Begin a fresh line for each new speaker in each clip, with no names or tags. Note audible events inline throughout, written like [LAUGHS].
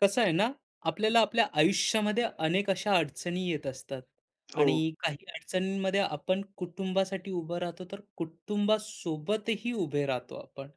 कसं आहे ना, आपल्याला आपल्या आयुष्यामध्ये अनेक अशा अडचणी येत असतात
हो,
आणि काही अडचणींमध्ये आपण कुटुंबासाठी उभं राहतो, तर कुटुंबासोबतही उभे राहतो आपण.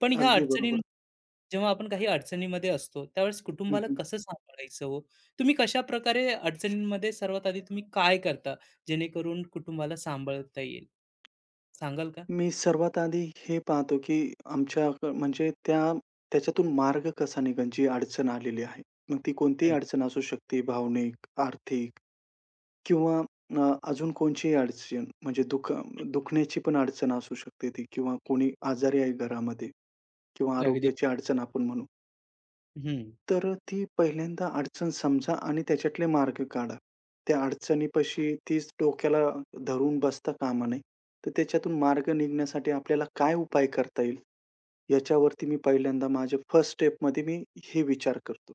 पण ह्या
अगदी
अडचणीं
बरोबर.
जेव्हा आपण काही अडचणीमध्ये असतो, त्यावेळेस
हं,
कुटुंबाला
हं.
कसं सांभाळायचं हो? तुम्ही कशाप्रकारे अडचणींमध्ये सर्वात आधी तुम्ही काय करता, जेणेकरून कुटुंबाला सांभाळता येईल? सांगाल का?
मी सर्वात आधी हे पाहतो, की आमच्या क- म्हणजे त्याच्यातून मार्ग कसा निघेल, जी अडचण आलेली आहे. मग ती कोणतीही
हं,
अडचण असू शकते, भावनिक, आर्थिक किंवा अ, अजून कोणचीही अडचण म्हणजे दुखण्याची पण अडचण असू शकते ती किंवा कोणी आजारी आहे घरामध्ये किंवा
अगदी
आरोग्याची अडचण आपण म्हणू.
हं,
तर ती पहिल्यांदा अडचण समजा आणि त्याच्यातले मार्ग काढा. त्या अडचणीपाशी तीच डोक्याला धरून बसता कामा नये. तर त्याच्यातून मार्ग निघण्यासाठी आपल्याला काय उपाय करता येईल, याच्यावरती मी पहिल्यांदा माझ्या फर्स्ट स्टेपमध्ये मी हे विचार करतो.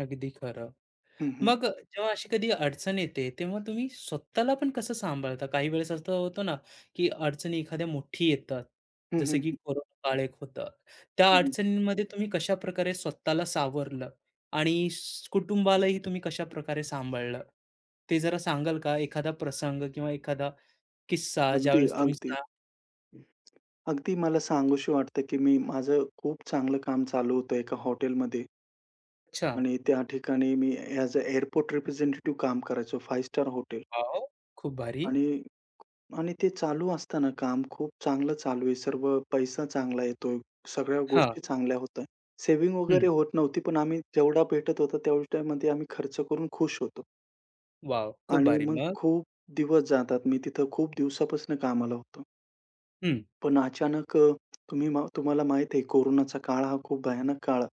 अगदी खरं.
हं, हं.
मग जेव्हा अशी कधी अडचण येते, तेव्हा तुम्ही स्वतःला पण कसं सांभाळता? काही वेळेस असं होतं ना, की अडचणी एखाद्या मोठी येतात,
हं,
जसे
हं.
की कोरोना काळ एक होतं. त्या
हं, हं.
अडचणींमध्ये तुम्ही कशाप्रकारे स्वतःला सावरलं आणि स कुटुंबालाही तुम्ही कशाप्रकारे सांभाळलं? ते जरा सांगाल का? एखादा प्रसंग किंवा एखादा किस्सा
अगदी,
ज्यावेळेस तुम्ही
अगदी.
सा
अगदी मला सांगूशी वाटतं, की मी माझं खूप चांगलं काम चालू होतं एका हॉटेलमध्ये
अच्छा.
आणि त्या ठिकाणी मी ॲज अ एअरपोर्ट रिप्रेझेंटेटिव्ह काम करायचो, फाइव्ह स्टार हॉटेल
वॉव! खूप भारी.
आणि आणि ते चालू असताना काम खूप चांगलं चालू आहे. सर्व पैसा चांगला येतोय. सगळ्या
हां.
गोष्टी चांगल्या होताय. सेव्हिंग वगैरे
हं.
होत नव्हती, पण आम्ही जेवढा भेटत होता तेवढ्यामध्ये आम्ही खर्च करून खुश होतो.
वॉव! खूप
आणि
भारी.
मग
मग?
खूप दिवस जातात. मी तिथं खूप दिवसापासून कामाला होतो.
हं.
पण अचानक तुम्ही मा तुम्हाला माहीत आहे कोरोनाचा काळ हा खूप भयानक काळ,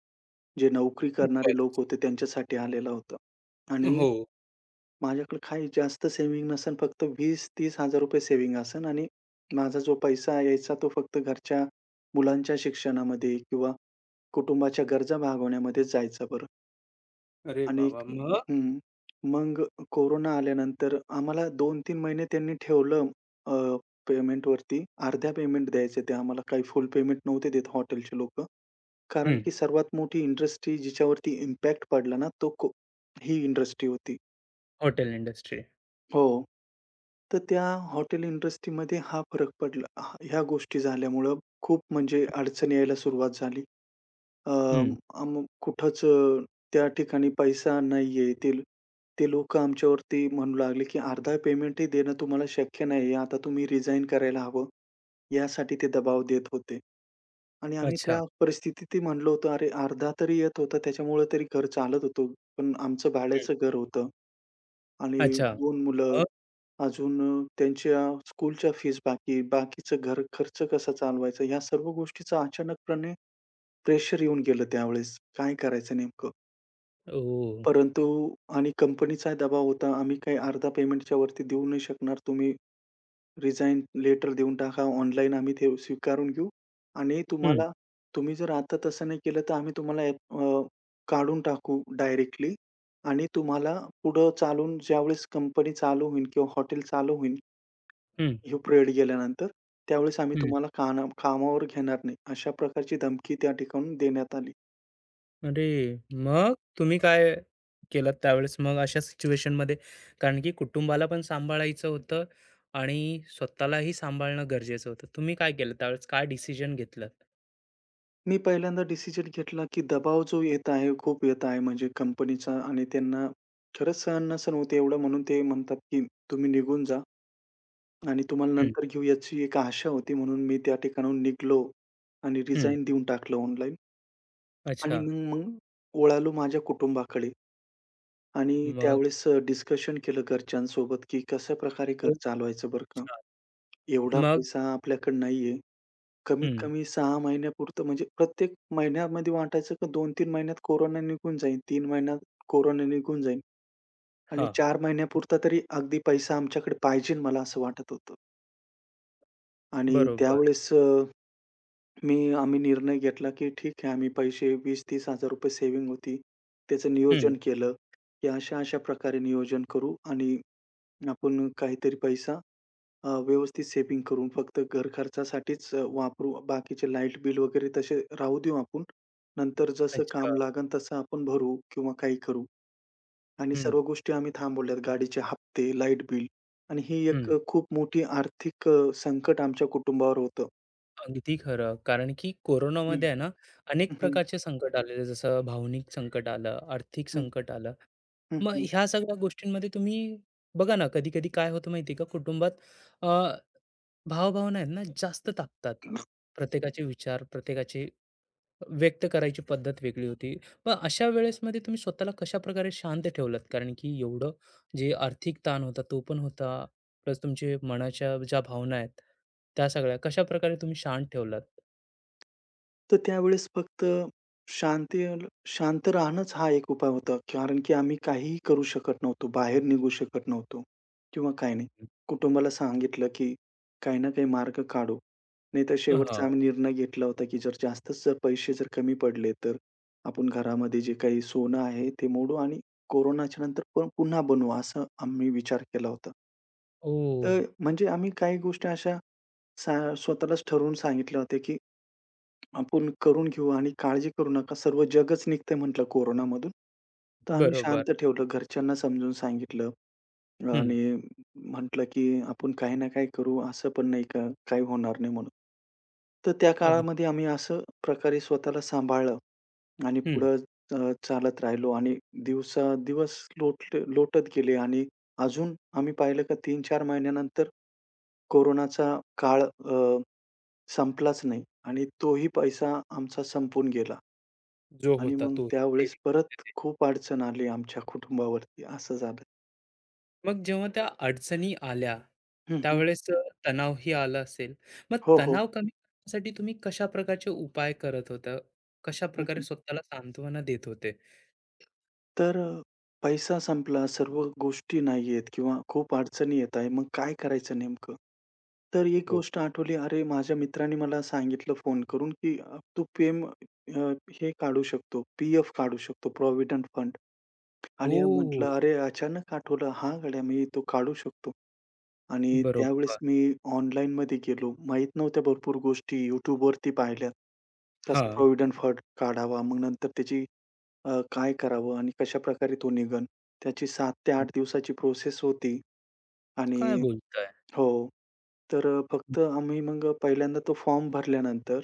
जे नोकरी करणारे लोक
खूपच.
होते त्यांच्यासाठी आलेला होता. आणि
हो.
माझ्याकडे काही जास्त सेव्हिंग नसेल. फक्त 20-30,000 रुपये सेव्हिंग असेल आणि माझा जो पैसा यायचा तो फक्त घरच्या मुलांच्या शिक्षणामध्ये किंवा कुटुंबाच्या गरजा भागवण्यामध्येच जायचा बरं.
अरे
आणि
बाबा! मग?
हं. मग कोरोना आल्यानंतर आम्हाला 2-3 महिने त्यांनी ठेवलं अ, पेमेंटवरती. अर्ध्या पेमेंट द्यायचे ते आम्हाला. काही फुल पेमेंट नव्हते देत हॉटेलचे लोकं. कारण
हं.
की सर्वात मोठी इंडस्ट्री जिच्यावरती इम्पॅक्ट पडला ना, तो ही इंडस्ट्री होती.
Hotel industry.
हो. तर त्या हॉटेल इंडस्ट्रीमध्ये हा फरक पडला. हा ह्या गोष्टी झाल्यामुळं खूप म्हणजे अडचण यायला सुरुवात झाली. अ,
हं.
मग कुठंच त्या ठिकाणी पैसा नाहीये. ते ते लोकं आमच्यावरती म्हणू लागले, की अर्धा पेमेंटही देणं तुम्हाला शक्य नाहीये. आता तुम्ही रिझाइन करायला हवं, यासाठी ते दबाव देत होते. आणि आम्ही त्या
अच्छा.
परिस्थितीतही म्हणलो होतो, "अरे अर्धा तरी येत होता, त्याच्यामुळे तरी घर चालत होतं. पण आमचं
हं.
भाड्याचं घर होतं. आणि
अच्छा.
2 मुलं,
मग?
अजून त्यांच्या स्कूलच्या फीज बाकी, बाकीचं घर खर्च कसा चालवायचा, ह्या सर्व गोष्टीचं अचानकपणे प्रेशर येऊन गेलं त्यावेळेस. काय करायचं नेमकं?
ओह!
परंतु आणि कंपनीचा दबाव होता, आम्ही काही अर्धा पेमेंटच्या वरती देऊ नाही शकणार, तुम्ही रिझाइन लेटर देऊन टाका. ऑनलाईन आम्ही ते स्वीकारून घेऊ आणि
हं,
तुम्हाला तुम्ही जर आता तसं नाही केलं, तर आम्ही तुम्हाला काढून टाकू डायरेक्टली आणि तुम्हाला पुढं चालून ज्यावेळेस कंपनी चालू होईल किंवा हॉटेल चालू होईल,
हं,
हे पिरियड गेल्यानंतर, त्यावेळेस आम्ही
हं.
तुम्हाला कामावर घेणार नाही. अशा प्रकारची धमकी त्या ठिकाणून देण्यात आली.
अरे! मग तुम्ही काय केलत त्यावेळेस मग अशा सिच्युएशनमध्ये? कारण की कुटुंबाला पण सांभाळायचं होतं आणि स्वतःलाही सांभाळणं गरजेचं होतं. तुम्ही काय केलं त्यावेळेस? काय डिसिजन घेतलंत?
मी पहिल्यांदा डिसिजन घेतला, की दबाव जो येत आहे, खूप येत आहे म्हणजे कंपनीचा आणि त्यांना खरंच सहन नसेल होत एवढं म्हणून ते म्हणतात, की तुम्ही निघून जा. आणि तुम्हाला
हं,
नंतर घेऊ याची एक आशा होती म्हणून मी त्या ठिकाणाहून निघालो आणि
हं.
रिझाइन देऊन टाकलं ऑनलाईन आणि
अच्छा.
मग मग वळालो माझ्या कुटुंबाकडे आणि
मग
त्यावेळेस डिस्कशन केलं घरच्यांसोबत, की कशाप्रकारे घर
तो
चालवायचं
खूप
बरं का?
छान.
एवढा
मग
पैसा आपल्याकडे नाहीये. कमीत
हं.
कमी 6 महिन्यापुरतं म्हणजे प्रत्येक महिन्यामध्ये वाटायचं की 2-3 महिन्यात कोरोना निघून जाईल, 3 महिन्यात कोरोना निघून जाईल आणि
हां.
4 महिन्यापुरता तरी अगदी पैसा आमच्याकडे पाहिजे मला असं वाटत होतं. आणि
बरोबर.
त्यावेळेस आम्ही निर्णय घेतला, की ठीक आहे आम्ही पैसे ₹20,000-30,000 सेव्हिंग होती. त्याचं
हं.
नियोजन केलं, की अशा-अशा प्रकारे नियोजन करू आणि आपण काहीतरी पैसा व्यवस्थित सेव्हिंग करून फक्त घर खर्चासाठीच वापरू. बाकीचे लाईट बिल वगैरे तसे राहू देऊ आपण. नंतर जसं
अच्छा.
काम लागेल तसं आपण भरू किंवा काही करू आणि
हं,
सर्व गोष्टी आम्ही थांबवल्यात. गाडीचे हप्ते, लाईट बिल आणि ही एक
हं.
खूप मोठी आर्थिक संकट आमच्या कुटुंबावर होतं.
अगदी खरं. कारण की कोरोनामध्ये आहे ना, अनेक
हं, हं.
प्रकारचे संकट आलेले, जसं भावनिक संकट आलं, आर्थिक
हं.
संकट आलं
हं,
मग
हं.
ह्या सगळ्या गोष्टींमध्ये तुम्ही बघा ना, कधी-कधी काय होतं माहिती आहे का, कुटुंबात अ, भावभावना आहेत ना, जास्त तापतात. प्रत्येकाचे विचार, प्रत्येकाचे व्यक्त करायची पद्धत वेगळी होती. मग अशा वेळेसमध्ये तुम्ही स्वतःला कशा प्रकारे शांत ठेवलात? कारण की एवढं जे आर्थिक ताण होता, तो पण होता. प्लस तुमचे मनाच्या ज्या भावना आहेत, त्या सगळ्या कशाप्रकारे तुम्ही शांत ठेवलात?
तर त्यावेळेस फक्त शांती शांत राहणंच हा एक उपाय होता. कारण की आम्ही काहीही करू शकत नव्हतो. बाहेर निघू शकत नव्हतो किंवा काही नाही.
हं.
कुटुंबाला सांगितलं, की काही ना काही मार्ग काढू. नाहीतर शेवटचा
हां.
आम्ही निर्णय घेतला होता, की जर जास्तच जर पैसे जर कमी पडले, तर आपण घरामध्ये जे काही सोनं आहे ते मोडू आणि कोरोनाच्या नंतर पण पुन्हा बनवू असं आम्ही विचार केला होता. तर म्हणजे आम्ही काही गोष्टी अशा स्वतःलाच ठरवून सांगितल्या होत्या, की आपण करून घेऊ आणि काळजी करू नका. सर्व जगच निघतंय म्हटलं कोरोनामधून. तर आम्ही
बरोबर.
शांत ठेवलं. घरच्यांना समजून सांगितलं
हं.
आणि म्हटलं, की आपण काही ना काही करू. असं पण नाही का काही होणार नाही म्हणून. तर त्या
अगदी.
काळामध्ये आम्ही असं प्रकारे स्वतःला सांभाळलं आणि
हं.
पुढं चालत राहिलो आणि दिवसादिवस लोटत गेले आणि अजून आम्ही पाहिलं का 3-4 महिन्यानंतर कोरोनाचा काळ संपलाच नाही आणि तोही पैसा आमचा संपून गेला.
जो
आणि
होता
मग
तोही
त्यावेळेस
सेविंग.
परत खूप अडचण आली आमच्या कुटुंबावरती असं झालं.
मग जेव्हा त्या अडचणी आल्या,
हं, हं.
त्यावेळेस तणावही आला असेल. मग
हो, हो.
तणाव कमी करण्यासाठी तुम्ही कशा प्रकारचे उपाय करत होता?
हं,
कशाप्रकारे
हं.
स्वतःला सांत्वना देत होते?
तर पैसा संपला, सर्व गोष्टी नाहीयेत किंवा खूप अडचणी येत आहे. मग काय करायचं नेमकं? तर एक
हो.
गोष्ट आठवली, अरे माझ्या मित्राने मला सांगितलं फोन करून, की "तू अ, हे काढू शकतो, पी-एफ काढू शकतो, प्रॉव्हिडंट फंड." आणि
ओह!
म्हटलं, "अरे, अचानक आठवलं, हां, गड्या मी तो काढू शकतो." आणि त्यावेळेस
बरोबर.
मी ऑनलाईनमध्ये गेलो. माहीत नव्हत्या भरपूर गोष्टी YouTubeवरती पाहिल्या. कसा
हां.
प्रॉव्हिडंट फंड काढावा, मग नंतर त्याची काय करावं आणि कशाप्रकारे तो निघेल. त्याची 7 ते 8 दिवसाची प्रोसेस होती
काय
आणि
बोलताय?
हो, तर फक्त आम्ही मग पहिल्यांदा तो फॉर्म भरल्यानंतर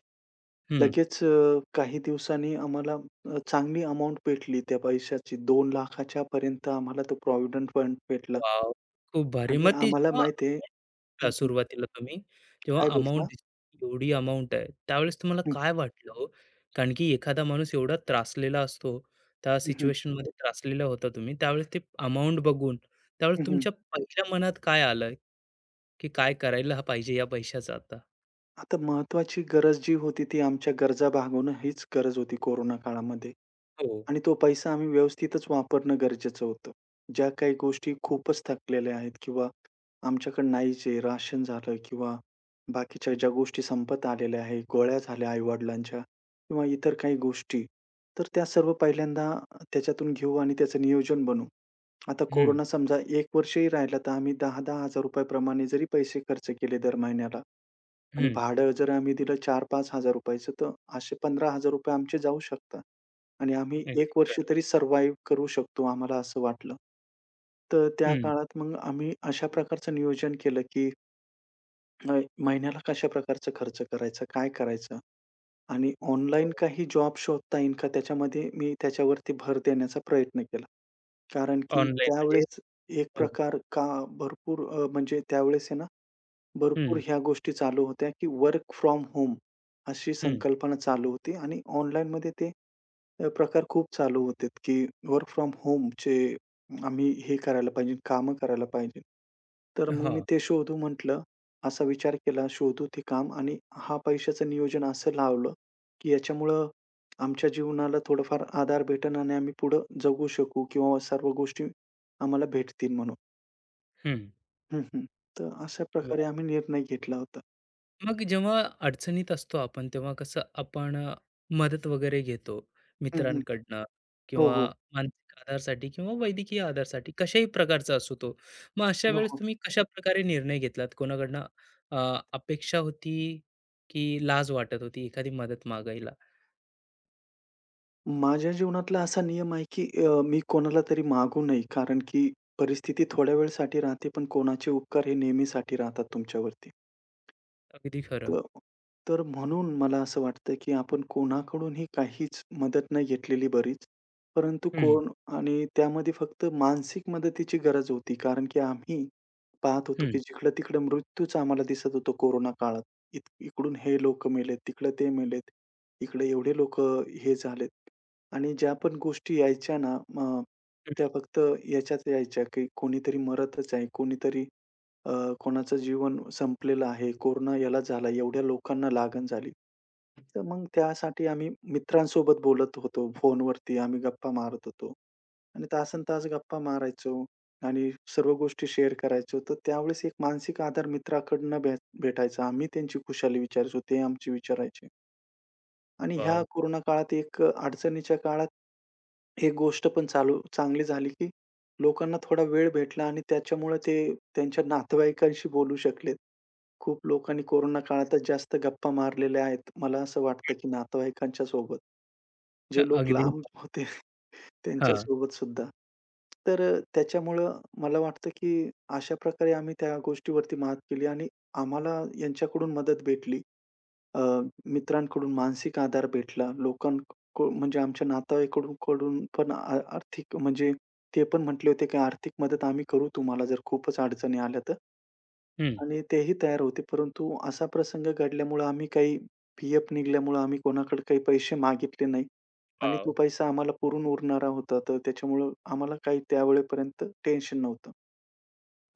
हं.
लगेच काही दिवसांनी आम्हाला चांगली अमाउंट भेटली त्या पैशाची. 2,00,000च्या पर्यंत आम्हाला तो प्रॉव्हिडंट फंड भेटला
वाव खूप भारी.
आणि
मग ती
आम्हाला
जेव्हा
माहिती आहे
का
हं, हं.
सुरुवातीला तुम्ही तेव्हा
काय
अमाउंट
बोलता?
दिसली, एवढी अमाउंट आहे. त्यावेळेस तुम्हाला
हं,
काय वाटलं हो? कारण की एखादा माणूस एवढा त्रासलेला असतो, त्या
हं, हं,
सिच्युएशनमध्ये त्रासलेला होता तुम्ही. त्यावेळेस ते अमाउंट बघून, त्यावेळेस
हं,
तुमच्या पहिल्या मनात काय आलं? की काय करायला हा पाहिजे या पैशाचा आता?
आता महत्त्वाची गरज जी होती ती आमच्या गरजा भागवणं हीच गरज होती कोरोना काळामध्ये.
हो.
आणि तो पैसा आम्ही व्यवस्थितच वापरणं गरजेचं होतं. ज्या काही गोष्टी खूपच थकलेल्या आहेत किंवा आमच्याकडे नाहीच आहे, राशन झालं किंवा बाकीच्या ज्या गोष्टी संपत आलेल्या आहेत, गोळ्या झाल्या आई किंवा इतर काही गोष्टी, तर त्या सर्व पहिल्यांदा त्याच्यातून घेऊ आणि त्याचं नियोजन बनवू. आता
हं, हं,
कोरोना समजा 1 वर्षही राहिला, तर आम्ही ₹10,000-10,000 प्रमाणे जरी पैसे खर्च केले दर महिन्याला, आणि भाडं जर आम्ही दिलं ₹4,000-5,000 चं तर असे ₹15,000 आमचे जाऊ शकतात आणि आम्ही
अगदी
1 वर्ष
खरं.
तरी सर्व्हायव्ह करू शकतो, आम्हाला असं वाटलं. तर त्या
हं.
काळात मग आम्ही अशा प्रकारचं नियोजन केलं, की अ, महिन्याला कशा प्रकारचा खर्च करायचा, काय करायचं आणि ऑनलाईन
हो.
काही जॉब शोधता येईल का, त्याच्यामध्ये मी त्याच्यावरती भर देण्याचा प्रयत्न केला. कारण की
ऑनलाईन म्हणजे
त्यावेळेस एक
हो.
प्रकार का भरपूर म्हणजे त्यावेळेस आहे ना भरपूर
हं,
ह्या गोष्टी चालू होत्या, की वर्क फ्रॉम होम अशी
हं.
संकल्पना चालू होती आणि ऑनलाईनमध्ये ते प्रकार खूप चालू होते, की वर्क फ्रॉम होम चे आम्ही हे करायला पाहिजे, कामं करायला पाहिजे. तर मग मी
हां.
ते शोधू म्हटलं. असा विचार केला, शोधू ते काम आणि हा पैशाचं नियोजन असं लावलं, की याच्यामुळं आमच्या जीवनाला थोडंफार आधार भेटेल आणि आम्ही पुढं जगू शकू किंवा सर्व गोष्टी आम्हाला भेटतील म्हणून.
हं.
हं, हं. तर अशा प्रकारे
वाह!
आम्ही निर्णय घेतला होता.
मग जेव्हा अडचणीत असतो आपण तेव्हा कसं आपण मदत वगैरे घेतो मित्रांकडनं
हो,
किंवा
हो.
मानसिक आधारसाठी किंवा वैद्यकीय आधारसाठी कशाही प्रकारचा असो तो मग अशा
हो,
वेळेस
हो.
तुम्ही कशा प्रकारे निर्णय घेतलात कोणाकडनं अ, अपेक्षा होती की लाज वाटत होती एखादी मदत मागायला
माझ्या जीवनातला असा नियम आहे, की मी कोणाला तरी मागू नये. कारण की परिस्थिती थोड्या वेळसाठी राहते, पण कोणाचे उपकार हे नेहमीसाठी राहतात तुमच्यावरती.
अगदी खरं
तर तर म्हणून मला असं वाटतं, की आपण कोणाकडूनही काहीच मदत नाही घेतलेली बरीच. परंतु
हम्म
कोण आणि त्यामध्ये फक्त मानसिक मदतीची गरज होती. कारण की आम्ही पाहत होतो,
हम्म
की जिकडं-तिकडं मृत्यूच आम्हाला दिसत होतो कोरोना काळात. इकडून हे लोक मेलेत, तिकडं ते मेलेत. इकडे एवढे लोकं हे झालेत आणि ज्या पण गोष्टी यायच्या ना, मग त्या फक्त याच्यात यायच्या, की कोणीतरी मरतच आहे, कोणीतरी अ, कोणाचं जीवन संपलेलं आहे, कोरोना याला झाला, एवढ्या लोकांना लागण झाली. तर मग त्यासाठी आम्ही मित्रांसोबत बोलत होतो फोनवरती, आम्ही गप्पा मारत होतो आणि तासनतास गप्पा मारायचो आणि सर्व गोष्टी शेअर करायचो. तर त्यावेळेस एक मानसिक आधार मित्राकडनं भेटायचा. आम्ही त्यांची खुशाली विचारायचो, ते आमची विचारायचे आणि ह्या
वाव
कोरोना काळात एक अडचणीच्या काळात एक गोष्ट पण चालू चांगली झाली, की लोकांना थोडा वेळ भेटला आणि त्याच्यामुळे ते त्यांच्या नातेवाईकांशी बोलू शकलेत. खूप लोकांनी कोरोना काळातच जास्त गप्पा मारलेल्या आहेत. मला असं वाटतं, की नातेवाईकांच्या सोबत. जे
[LAUGHS]
लोक
अगदी
लांब होते
हा
त्यांच्या सोबत सुद्धा. तर त्याच्यामुळं मला वाटतं, की अशा प्रकारे आम्ही त्या गोष्टीवरती मात केली आणि आम्हाला यांच्याकडून मदत भेटली. अ, मित्रांकडून मानसिक आधार भेटला. लोकांक म्हणजे आमच्या नातेवाईकडून कडून पण आर्थिक म्हणजे ते पण म्हटले होते, की "आर्थिक मदत आम्ही करू तुम्हाला जर खूपच अडचणी आल्या तर."
हम्म
आणि तेही तयार होते. परंतु असा प्रसंग घडल्यामुळं आम्ही काही पी-एफ निघाल्यामुळं आम्ही कोणाकडे काही पैसे मागितले नाही आणि तो
वाव
पैसा आम्हाला पुरून उरणारा होता. तर त्याच्यामुळं आम्हाला काही त्यावेळेपर्यंत टेन्शन नव्हतं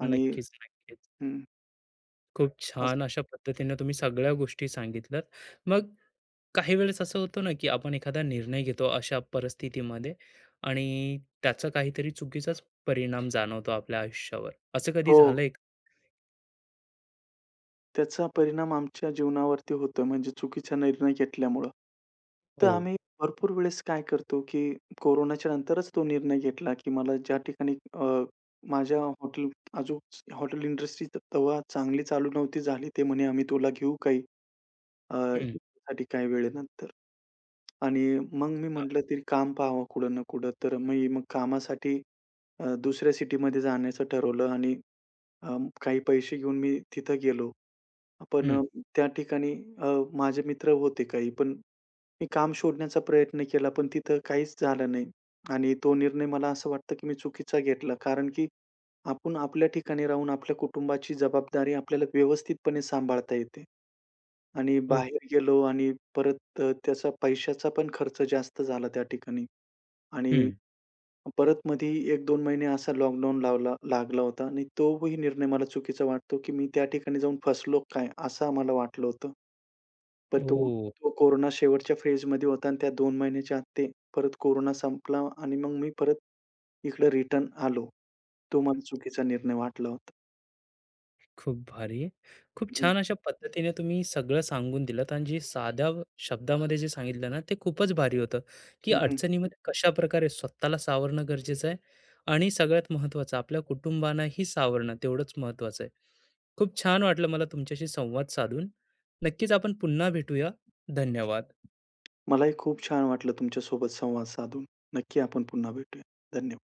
आणि
नक्कीच नक्कीच
हं,
खूप छान
असं.
अशा पद्धतीने तुम्ही सगळ्या गोष्टी सांगितल्यात मग काही वेळेस असं होतं ना, की आपण एखादा निर्णय घेतो अशा परिस्थितीमध्ये आणि त्याचा काहीतरी चुकीचाच परिणाम जाणवतो आपल्या आयुष्यावर. असं कधी
हो.
झालंय का?
त्याचा परिणाम आमच्या जीवनावरती होतो म्हणजे चुकीचा निर्णय घेतल्यामुळं. तर
हो.
आम्ही भरपूर वेळेस काय करतो, की कोरोनाच्या नंतरच तो निर्णय घेतला, की मला ज्या ठिकाणी माझ्या हॉटेल अजून हॉटेल इंडस्ट्री तर तेव्हा चांगली चालू नव्हती झाली. ते म्हणे, "आम्ही तुला घेऊ काही अ,
हं.
साठी काही वेळेनंतर." आणि मग मी
हां.
म्हटलं, "तरी काम पाहावं कुठं ना कुठं." तर मी मग कामासाठी दुसऱ्या सिटीमध्ये जाण्याचं ठरवलं आणि अ, काही पैसे घेऊन मी तिथं गेलो. पण
हं.
त्या ठिकाणी अ, माझे मित्र होते काही, पण मी काम शोधण्याचा प्रयत्न केला, पण तिथं काहीच झालं नाही. आणि तो निर्णय मला असं वाटतं, की मी चुकीचा घेतला. कारण की आपण आपल्या ठिकाणी राहून आपल्या कुटुंबाची जबाबदारी आपल्याला व्यवस्थितपणे सांभाळता येते. आणि
ओ.
बाहेर गेलो आणि परत त्याचा पैशाचा पण खर्च जास्त झाला त्या ठिकाणी. आणि
हं.
परत मधी 1-2 महिने असा लॉकडाऊन लावला लागला होता आणि तोही निर्णय मला चुकीचा वाटतो, की मी त्या ठिकाणी जाऊन फसलो काय, असं मला वाटलं होतं. पण तो
ओह!
तो कोरोना शेवटच्या फेजमध्ये होता आणि त्या 2 महिन्याच्या आत ते परत कोरोना संपला आणि मग मी परत इकडे रिटर्न आलो. तो मला चुकीचा निर्णय वाटला होता.
खूप भारी. खूप
हं,
छान अशा पद्धतीने तुम्ही सगळं सांगून दिलंत आणि जे साध्या व- शब्दामध्ये जे सांगितलं ना, ते खूपच भारी होतं, की
हं, हं.
अडचणीमध्ये कशाप्रकारे स्वतःला सावरणं गरजेचं आहे आणि सगळ्यात महत्त्वाचं आपल्या कुटुंबांनाही सावरणं तेवढंच महत्त्वाचं आहे. खूप छान वाटलं मला तुमच्याशी संवाद साधून. नक्कीच आपण पुन्हा भेटूया. धन्यवाद.
मलाही खूप छान वाटलं तुमच्यासोबत संवाद साधून. नक्की आपण पुन्हा भेटूया. धन्यवाद.